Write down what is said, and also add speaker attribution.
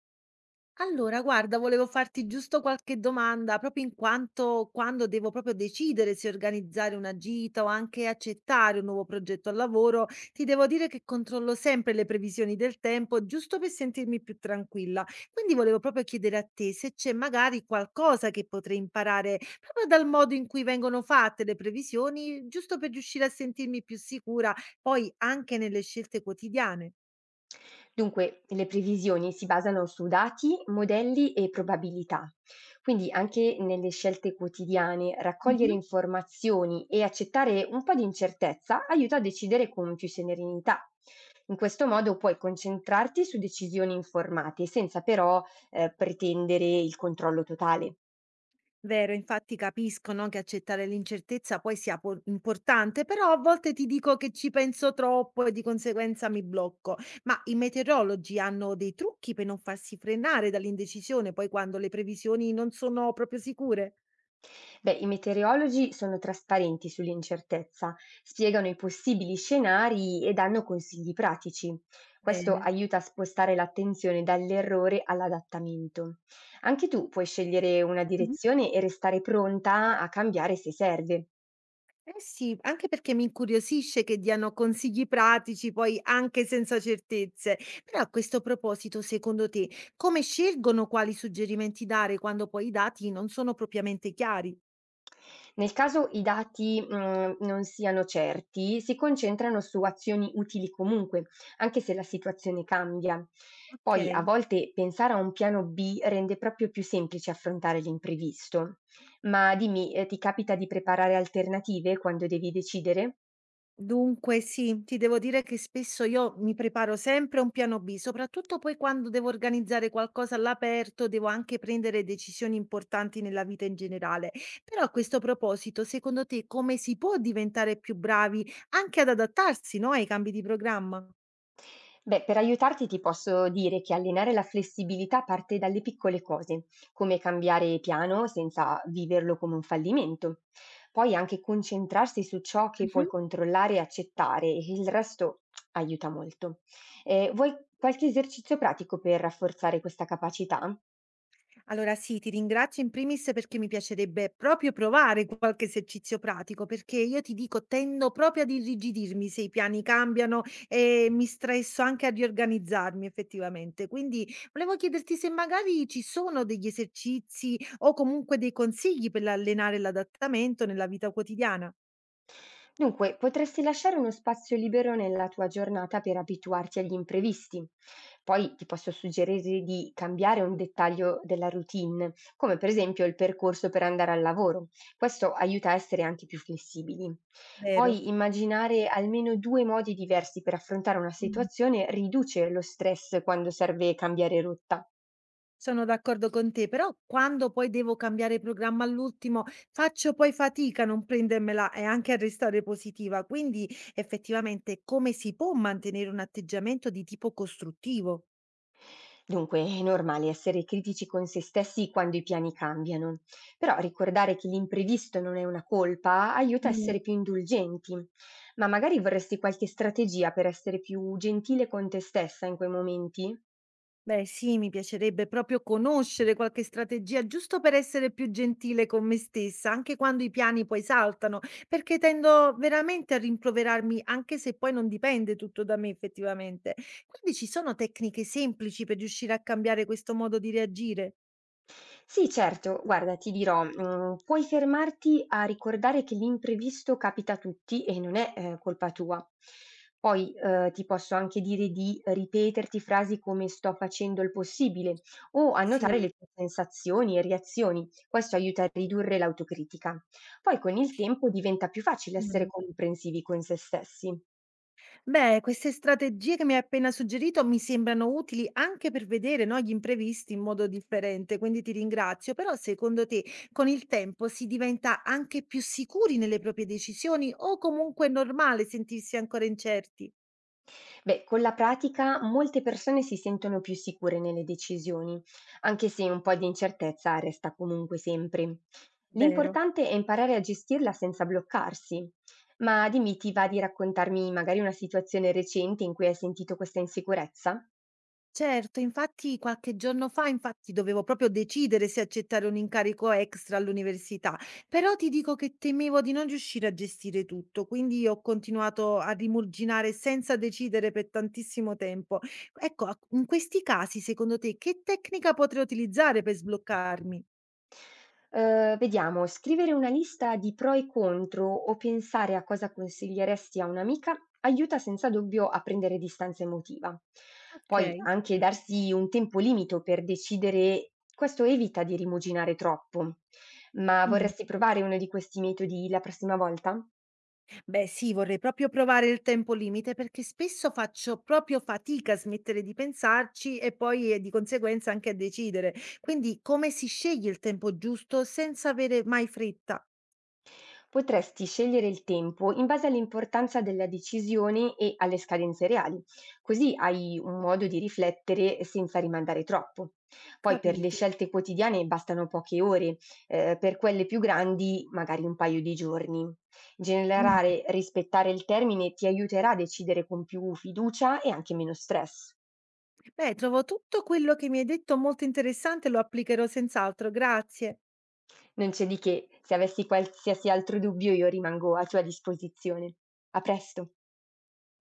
Speaker 1: Allora, guarda, volevo farti giusto qualche domanda, proprio in quanto quando devo proprio decidere se organizzare una gita o anche accettare un nuovo progetto al lavoro, ti devo dire che controllo sempre le previsioni del tempo, giusto per sentirmi più tranquilla. Quindi volevo proprio chiedere a te se c'è magari qualcosa che potrei imparare proprio dal modo in cui vengono fatte le previsioni, giusto per riuscire a sentirmi più sicura poi anche nelle scelte quotidiane.
Speaker 2: Dunque, le previsioni si basano su dati, modelli e probabilità. Quindi anche nelle scelte quotidiane, raccogliere informazioni e accettare un po' di incertezza aiuta a decidere con più serenità. In questo modo puoi concentrarti su decisioni informate senza però pretendere il controllo totale.
Speaker 1: Vero, infatti capisco, no, che accettare l'incertezza poi sia importante, però a volte ti dico che ci penso troppo e di conseguenza mi blocco. Ma i meteorologi hanno dei trucchi per non farsi frenare dall'indecisione, poi quando le previsioni non sono proprio sicure?
Speaker 2: Beh, i meteorologi sono trasparenti sull'incertezza, spiegano i possibili scenari e danno consigli pratici. Questo
Speaker 1: Bene.
Speaker 2: aiuta a spostare l'attenzione dall'errore all'adattamento. Anche tu puoi scegliere una
Speaker 1: Mhm.
Speaker 2: direzione e restare pronta a cambiare se serve.
Speaker 1: Eh sì, anche perché mi incuriosisce che diano consigli pratici, poi anche senza certezze. Però a questo proposito, secondo te, come scelgono quali suggerimenti dare quando poi i dati non sono propriamente chiari?
Speaker 2: Nel caso i dati, non siano certi, si concentrano su azioni utili comunque, anche se la situazione cambia. Poi a
Speaker 1: Okay.
Speaker 2: volte pensare a un piano B rende proprio più semplice affrontare l'imprevisto. Ma dimmi, ti capita di preparare alternative quando devi decidere?
Speaker 1: Dunque sì, ti devo dire che spesso io mi preparo sempre un piano B, soprattutto poi quando devo organizzare qualcosa all'aperto, devo anche prendere decisioni importanti nella vita in generale. Però a questo proposito, secondo te come si può diventare più bravi anche ad adattarsi, no, ai cambi di programma?
Speaker 2: Beh, per aiutarti ti posso dire che allenare la flessibilità parte dalle piccole cose, come cambiare piano senza viverlo come un fallimento. Poi anche concentrarsi su ciò che puoi
Speaker 1: Mh-mh.
Speaker 2: controllare e accettare, il resto aiuta molto. Vuoi qualche esercizio pratico per rafforzare questa capacità?
Speaker 1: Allora sì, ti ringrazio in primis perché mi piacerebbe proprio provare qualche esercizio pratico, perché io ti dico, tendo proprio ad irrigidirmi se i piani cambiano e mi stresso anche a riorganizzarmi effettivamente. Quindi volevo chiederti se magari ci sono degli esercizi o comunque dei consigli per allenare l'adattamento nella vita quotidiana.
Speaker 2: Dunque, potresti lasciare uno spazio libero nella tua giornata per abituarti agli imprevisti. Poi ti posso suggerire di cambiare un dettaglio della routine, come per esempio il percorso per andare al lavoro. Questo aiuta a essere anche più flessibili.
Speaker 1: Vero.
Speaker 2: Poi immaginare almeno due modi diversi per affrontare una situazione riduce lo stress quando serve cambiare rotta.
Speaker 1: Sono d'accordo con te, però quando poi devo cambiare programma all'ultimo, faccio poi fatica a non prendermela e anche a restare positiva. Quindi effettivamente come si può mantenere un atteggiamento di tipo costruttivo?
Speaker 2: Dunque, è normale essere critici con se stessi quando i piani cambiano, però ricordare che l'imprevisto non è una colpa aiuta a essere più indulgenti, ma magari vorresti qualche strategia per essere più gentile con te stessa in quei momenti?
Speaker 1: Beh, sì, mi piacerebbe proprio conoscere qualche strategia giusto per essere più gentile con me stessa, anche quando i piani poi saltano, perché tendo veramente a rimproverarmi, anche se poi non dipende tutto da me effettivamente. Quindi ci sono tecniche semplici per riuscire a cambiare questo modo di reagire?
Speaker 2: Sì, certo. Guarda, ti dirò, puoi fermarti a ricordare che l'imprevisto capita a tutti e non è, colpa tua. Poi, ti posso anche dire di ripeterti frasi come: "Sto facendo il possibile" o annotare
Speaker 1: Sì.
Speaker 2: le tue sensazioni e reazioni. Questo aiuta a ridurre l'autocritica. Poi con il tempo diventa più facile essere comprensivi con se stessi.
Speaker 1: Beh, queste strategie che mi hai appena suggerito mi sembrano utili anche per vedere, no, gli imprevisti in modo differente, quindi ti ringrazio. Però secondo te con il tempo si diventa anche più sicuri nelle proprie decisioni o comunque è normale sentirsi ancora incerti?
Speaker 2: Beh, con la pratica molte persone si sentono più sicure nelle decisioni, anche se un po' di incertezza resta comunque sempre.
Speaker 1: Vero.
Speaker 2: L'importante è imparare a gestirla senza bloccarsi. Ma dimmi, ti va di raccontarmi magari una situazione recente in cui hai sentito questa insicurezza?
Speaker 1: Certo, infatti qualche giorno fa, infatti, dovevo proprio decidere se accettare un incarico extra all'università, però ti dico che temevo di non riuscire a gestire tutto, quindi ho continuato a rimurginare senza decidere per tantissimo tempo. Ecco, in questi casi, secondo te, che tecnica potrei utilizzare per sbloccarmi?
Speaker 2: Vediamo, scrivere una lista di pro e contro o pensare a cosa consiglieresti a un'amica aiuta senza dubbio a prendere distanza emotiva.
Speaker 1: Ok.
Speaker 2: Poi anche darsi un tempo limite per decidere, questo evita di rimuginare troppo. Ma vorresti provare uno di questi metodi la prossima volta?
Speaker 1: Beh, sì, vorrei proprio provare il tempo limite perché spesso faccio proprio fatica a smettere di pensarci e poi di conseguenza anche a decidere. Quindi come si sceglie il tempo giusto senza avere mai fretta?
Speaker 2: Potresti scegliere il tempo in base all'importanza della decisione e alle scadenze reali, così hai un modo di riflettere senza rimandare troppo. Poi per le
Speaker 1: Capito.
Speaker 2: scelte quotidiane bastano poche ore, per quelle più grandi magari un paio di giorni.
Speaker 1: Mm.
Speaker 2: Generare, rispettare il termine ti aiuterà a decidere con più fiducia e anche meno stress.
Speaker 1: Beh, trovo tutto quello che mi hai detto molto interessante, lo applicherò senz'altro. Grazie.
Speaker 2: Non c'è di che, se avessi qualsiasi altro dubbio io rimango a tua disposizione. A presto!